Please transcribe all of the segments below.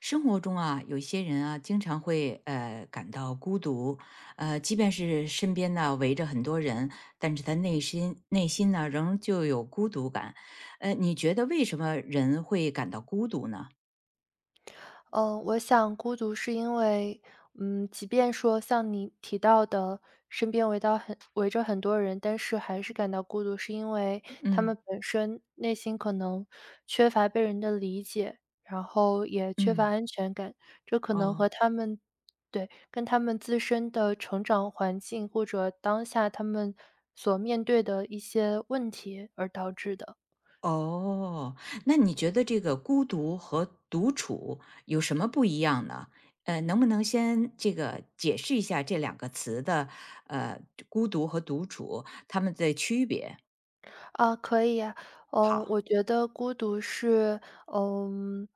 生活中啊，有一些人啊，经常会感到孤独，即便是身边呢围着很多人，但是他内心呢仍旧有孤独感。你觉得为什么人会感到孤独呢？嗯，我想孤独是因为，即便说像你提到的，身边围着很多人，但是还是感到孤独，是因为他们嗯本身内心可能缺乏被人的理解，然后也缺乏嗯，安全感，这可能哦和他们对，跟他们自身的成长环境或者当下他们所面对的一些问题而导致的。哦，那你觉得这个孤独和独处有什么不一样呢？能不能先这个解释一下这两个词的呃孤独和独处它们的区别？可以呀。好，我觉得孤独是，嗯，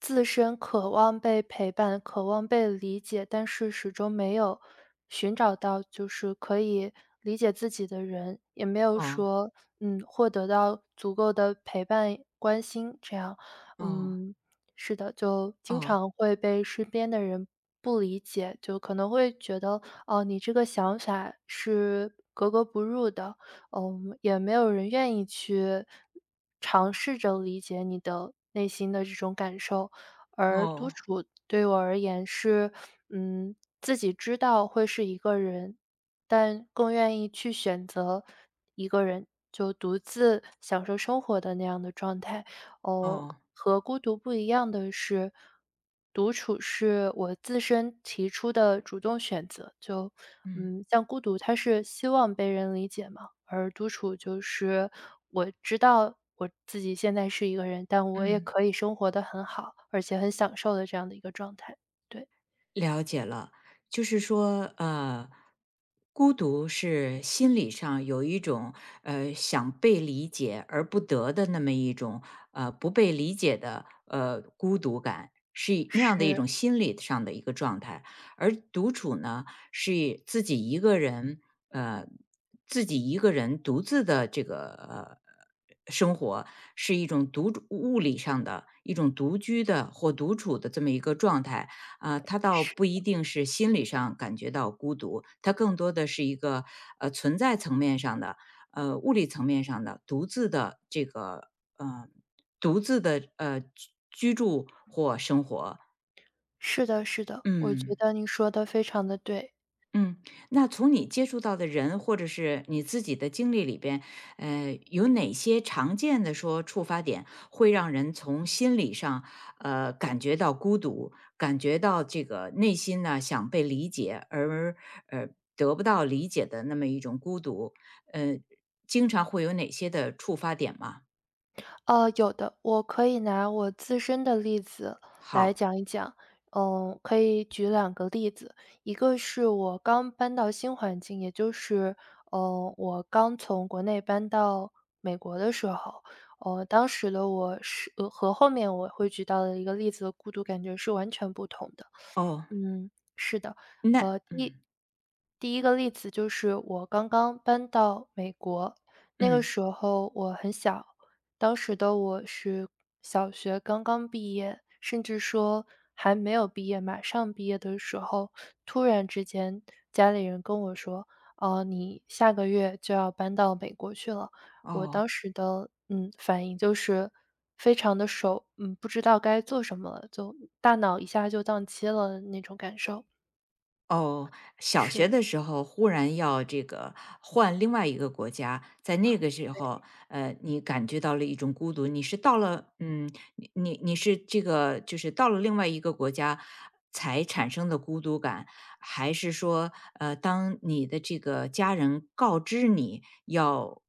自身渴望被陪伴、渴望被理解，但是始终没有寻找到就是可以理解自己的人，也没有哦。说，获得到足够的陪伴、关心这样。哦，嗯，是的，就经哦，常会被身边的人不理解，就可能会觉得，哦，你这个想法是格格不入的。也没有人愿意去尝试着理解你的内心的这种感受。而独哦，处对我而言是，嗯，自己知道会是一个人，但更愿意去选择一个人，就独自享受生活的那样的状态。哦，哦，和孤独不一样的是，独处是我自身提出的主动选择。就，嗯，像孤独，它是希望被人理解嘛。而独处就是我知道我自己现在是一个人，但我也嗯。可以生活的很好，而且很享受的这样的一个状态。对，了解了，就是说，孤独是心理上有一种想被理解而不得的那么一种不被理解的孤独感，是一那样的一是种心理上的一个状态。而独处呢，是以自己一个人，呃，自己一个人独自的这个生活，是一种独物理上的一种独居的或独处的这么一个状态。啊，他倒不是一定是心理上感觉到孤独，他更多的是一个存在层面上的、物理层面上的独自的这个呃独自的居居住或生活。是的是的，我觉嗯。得你说的非常的对。嗯，那从你接触到的人或者是你自己的经历里边，有哪些常见的说触发点会让人从心理上，感觉到孤独，感觉到这个内心呢想被理解，而呃得不到理解的那么一种孤独，呃，经常会有哪些的触发点吗？有的，我可以拿我自身的例子来好，讲一讲。可以举两个例子，一个是我刚搬到新环境，也就是，我刚从国内搬到美国的时候，当时的我是,和后面我会举到的一个例子的孤独感觉是完全不同的。哦，嗯，是的。那呃，第一嗯第一个例子就是我刚刚搬到美国，那个嗯，时候我很小，当时的我是小学刚刚毕业，甚至说还没有毕业，马上毕业的时候，突然之间家里人跟我说："哦，你下个月就要搬到美国去了。"我哦。当时的，反应就是非常的,不知道该做什么了，就大脑一下就宕机了那种感受，哦，小学是。的时候忽然要这个换另外一个国家，在那个时候，你感觉到了一种孤独。你是到了，嗯，你是这个，就是到了另外一个国家才产生的孤独感，还是说，当你的这个家人告知你要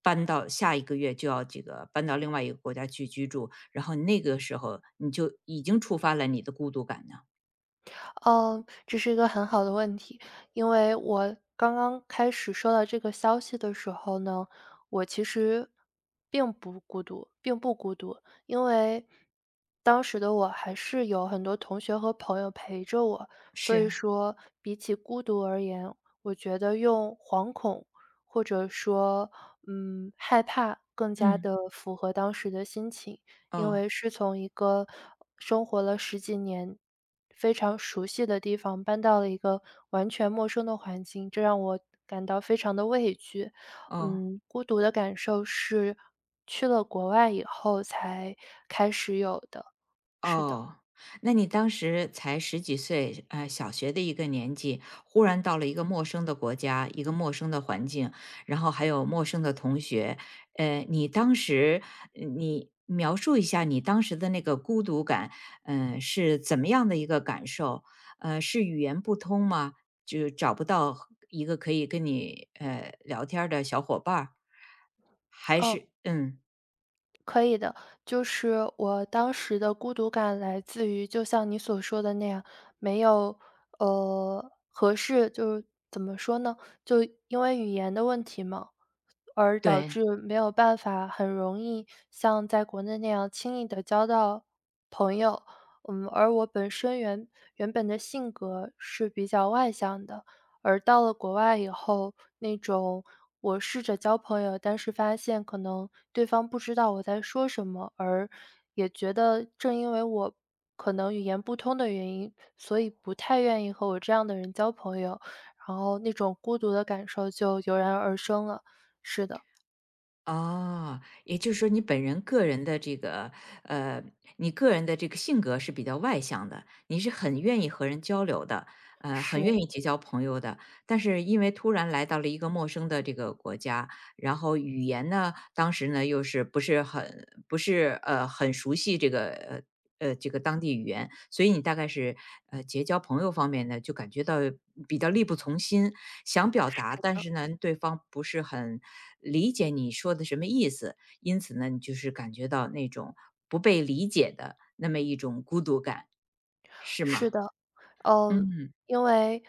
搬到下一个月就要这个搬到另外一个国家去居住，然后那个时候你就已经触发了你的孤独感呢？嗯，这是一个很好的问题，因为我刚刚开始收到这个消息的时候呢，我其实并不孤独，因为当时的我还是有很多同学和朋友陪着我，所是，以说比起孤独而言，我觉得用惶恐或者说害怕更加嗯，的符合当时的心情。因哦。为是从一个生活了十几年、非常熟悉的地方搬到了一个完全陌生的环境，这让我感到非常的畏惧。哦，孤独的感受是去了国外以后才开始有的，是的，哦，那你当时才十几岁，小学的一个年纪，忽然到了一个陌生的国家，一个陌生的环境，然后还有陌生的同学，你当时你描述一下你当时的那个孤独感，嗯、是怎么样的一个感受？是语言不通吗？就找不到一个可以跟你聊天儿的小伙伴儿还嗯。是嗯，可以的，就是我当时的孤独感来自于，就像你所说的那样，没有合适，就是怎么说呢？就因为语言的问题嘛，而导对，致没有办法很容易像在国内那样轻易的交到朋友。而我本身原本的性格是比较外向的，而到了国外以后，那种我试着交朋友，但是发现可能对方不知道我在说什么，而也觉得正因为我可能语言不通的原因，所以不太愿意和我这样的人交朋友，然后那种孤独的感受就油然而生了。是的，哦，也就是说你本人个人的这个，呃，你个人的这个性格是比较外向的，你是很愿意和人交流的，很是。愿意结交朋友的。但是因为突然来到了一个陌生的这个国家，然后语言呢，当时呢又是不是很不是很熟悉这个这个当地语言，所以你大概是，结交朋友方面呢，就感觉到比较力不从心，想表达，但是呢，对方不是很理解你说的什么意思，因此呢，你就是感觉到那种不被理解的那么一种孤独感，是是吗？的，嗯，嗯，因为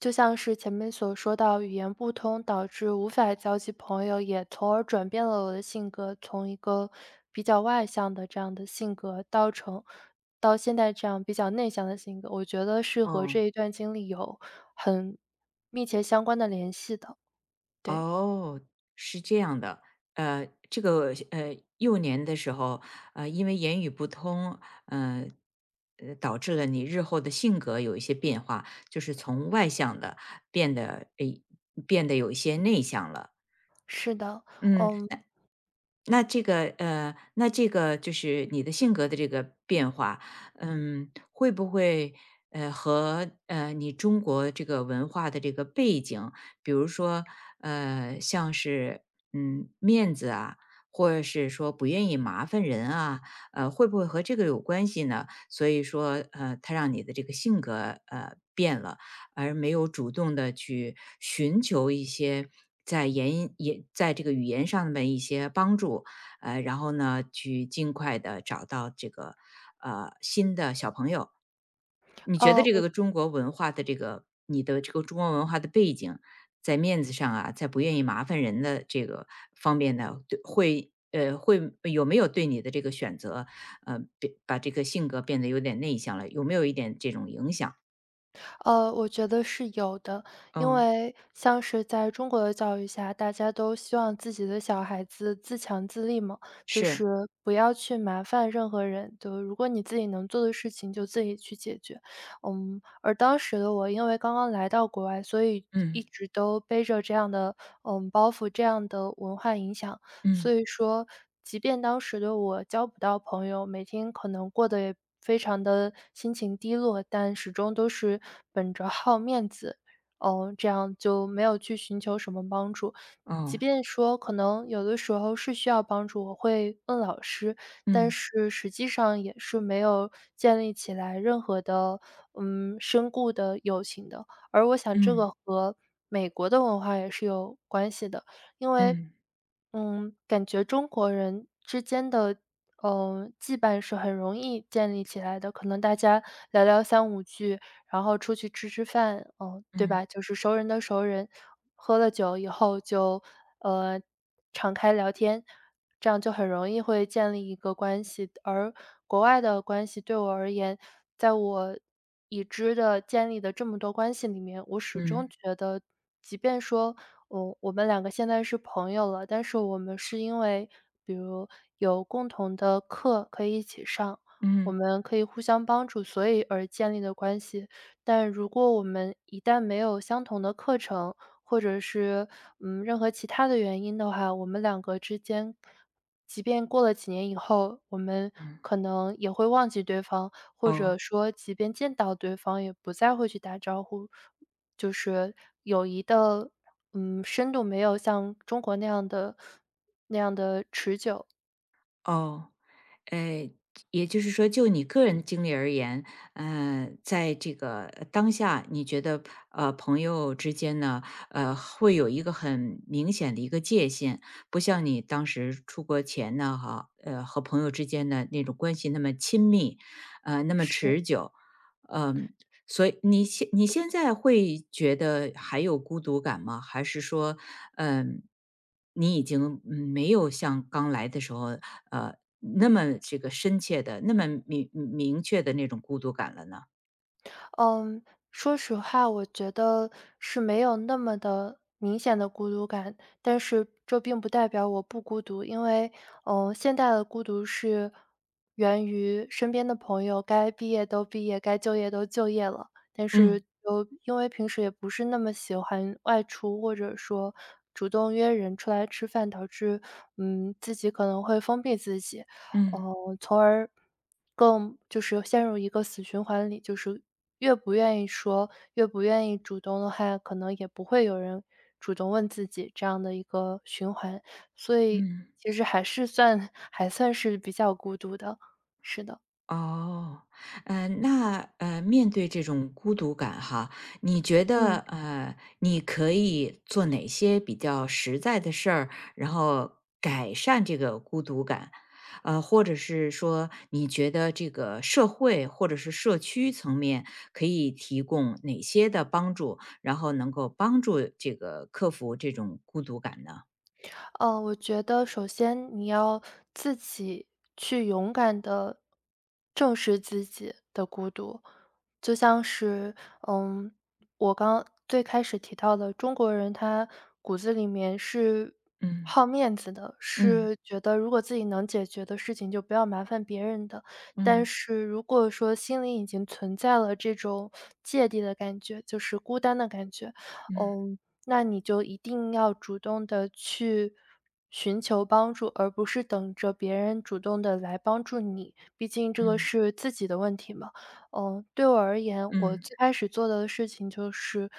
就像是前面所说到，语言不通导致无法交际朋友，也从而转变了我的性格，从一个比较外向的这样的性格，到现在这样比较内向的性格，我觉得是和哦。这一段经历有很密切相关的联系的。对，哦，是这样的，这个幼年的时候，因为言语不通，呃，导致了你日后的性格有一些变化，就是从外向的变得诶，变得有一些内向了。是的，嗯。嗯，那这个那这个就是你的性格的这个变化，嗯，会不会和你中国这个文化的这个背景，比如说像是嗯面子啊，或者是说不愿意麻烦人啊，会不会和这个有关系呢？所以说它让你的这个性格变了。而没有主动的去寻求一些在在这个语言上的一些帮助，然后呢，去尽快的找到这个，新的小朋友。你觉得呃，这我个中国文化的这个你的这个中国文化的背景，在面子上啊，在不愿意麻烦人的这个方面呢，对会会有没有对你的这个选择，变把这个性格变得有点内向了，有没有一点这种影响？我觉得是有的，因嗯，为像是在中国的教育下，大家都希望自己的小孩子自强自立嘛，就是是，不要去麻烦任何人，就如果你自己能做的事情就自己去解决。而当时的我，因为刚刚来到国外，所以一嗯。直都背着这样的包袱，这样的文化影响。所嗯，以说，即便当时的我交不到朋友，每天可能过得也非常的心情低落，但始终都是本着好面子，这样就没有去寻求什么帮助。即哦，便说可能有的时候是需要帮助，我会问老师，但嗯，是实际上也是没有建立起来任何的，深固的友情的。而我想这个嗯，和美国的文化也是有关系的。因为，嗯，感觉中国人之间的，羁绊是很容易建立起来的。可能大家聊聊三五句，然后出去吃吃饭，嗯，对嗯，吧？就是熟人的熟人，喝了酒以后就，呃，敞开聊天。这样就很容易会建立一个关系。而国外的关系对我而言，在我已知的建立的这么多关系里面，我始终嗯，觉得，即便说，我们两个现在是朋友了，但是我们是因为比如有共同的课可以一起上，我嗯，们可以互相帮助，所以而建立的关系。但如果我们一旦没有相同的课程，或者是，任何其他的原因的话，我们两个之间，即便过了几年以后，我们嗯，可能也会忘记对方，或者哦，说即便见到对方也不再会去打招呼。就是友谊的，深度没有像中国那样的持久，哦，哎，也就是说，就你个人的经历而言，在这个当下，你觉得朋友之间呢，会有一个很明显的一个界限，不像你当时出国前呢，哈，和朋友之间的那种关系那么亲密，那么是。持久，嗯、所以你现你现在会觉得还有孤独感吗？还是说，嗯，你已经嗯没有像刚来的时候，呃，那么这个深切的、那么明明确的那种孤独感了呢？嗯，说实话，我觉得是没有那么的明显的孤独感，但是这并不代表我不孤独，因为，现代的孤独是源于身边的朋友该毕业都毕业，该就业都就业了，但是嗯就因为平时也不是那么喜欢外出，或者说主动约人出来吃饭，导致自己可能会封闭自己。嗯哦，从而更就是陷入一个死循环里，就是越不愿意说，越不愿意主动的话，可能也不会有人主动问自己这样的一个循环，所以嗯。其实还是还算是比较孤独的，是的，哦，那面对这种孤独感哈，你觉得嗯。你可以做哪些比较实在的事儿，然后改善这个孤独感？或者是说，你觉得这个社会或者是社区层面可以提供哪些的帮助，然后能够帮助这个克服这种孤独感呢？我觉得首先你要自己去勇敢的正视自己的孤独。就像是，嗯，我刚最开始提到的，中国人他骨子里面是嗯好面子的，嗯是觉得如果自己能解决的事情就不要麻烦别人的。但嗯是如果说心里已经存在了这种芥蒂的感觉，就是孤单的感觉，嗯嗯嗯，那你就一定要主动的去寻求帮助，而不是等着别人主动的来帮助你，毕竟这个嗯是自己的问题嘛。对我而言，我嗯最开始做的事情就是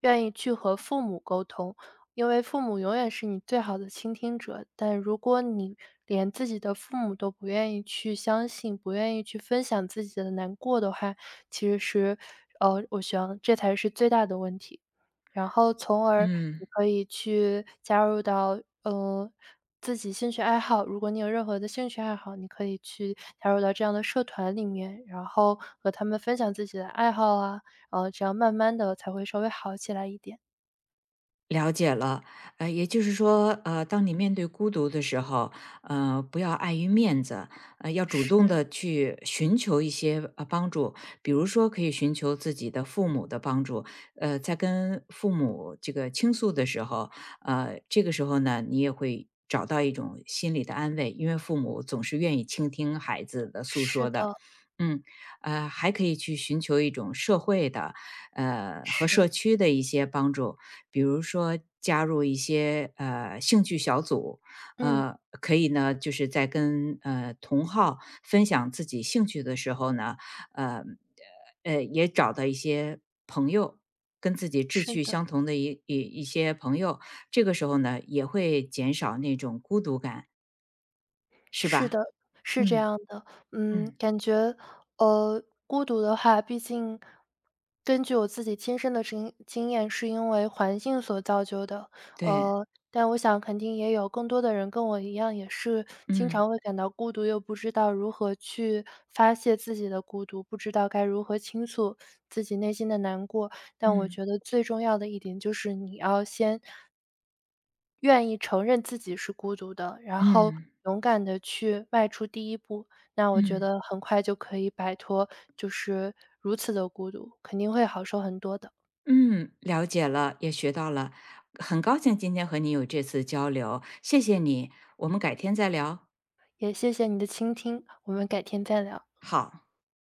愿意去和父母沟通，因为父母永远是你最好的倾听者，但如果你连自己的父母都不愿意去相信，不愿意去分享自己的难过的话，其实是呃，我想这才是最大的问题。然后从而嗯。你可以去加入到，自己兴趣爱好如果你有任何的兴趣爱好，你可以去加入到这样的社团里面，然后和他们分享自己的爱好啊，然后这样慢慢的才会稍微好起来一点。了解了，也就是说，当你面对孤独的时候，不要碍于面子，要主是，动的去寻求一些帮助，比如说可以寻求自己的父母的帮助，在跟父母这个倾诉的时候，这个时候呢，你也会找到一种心理的安慰，因为父母总是愿意倾听孩子的诉是说的，的，嗯，还可以去寻求一种社会的，和是，社区的一些帮助，比如说加入一些兴趣小组，嗯，可以呢，就是在跟同好分享自己兴趣的时候呢，呃也找到一些朋友，跟自己志是趣的。相同的一些朋友，这个时候呢也会减少那种孤独感，是是的，吧？是这嗯样的。嗯，嗯，感觉，孤独的话，毕竟根据我自己亲身的经验，是因为环境所造就的。对，但我想肯定也有更多的人跟我一样，也是经嗯常会感到孤独，又不知道如何去发泄自己的孤独，不知道该如何倾诉自己内心的难过。但我嗯嗯觉得最重要的一点就是，你要先愿意承认自己是孤独的，然后嗯。勇敢的去迈出第一步，那我觉嗯得很快就可以摆脱就是如此的孤独，肯定会好受很多的。嗯，了解了，也学到了，很高兴今天和你有这次交流，谢谢你，我们改天再聊，也谢谢你的倾听，我们改天再聊。好。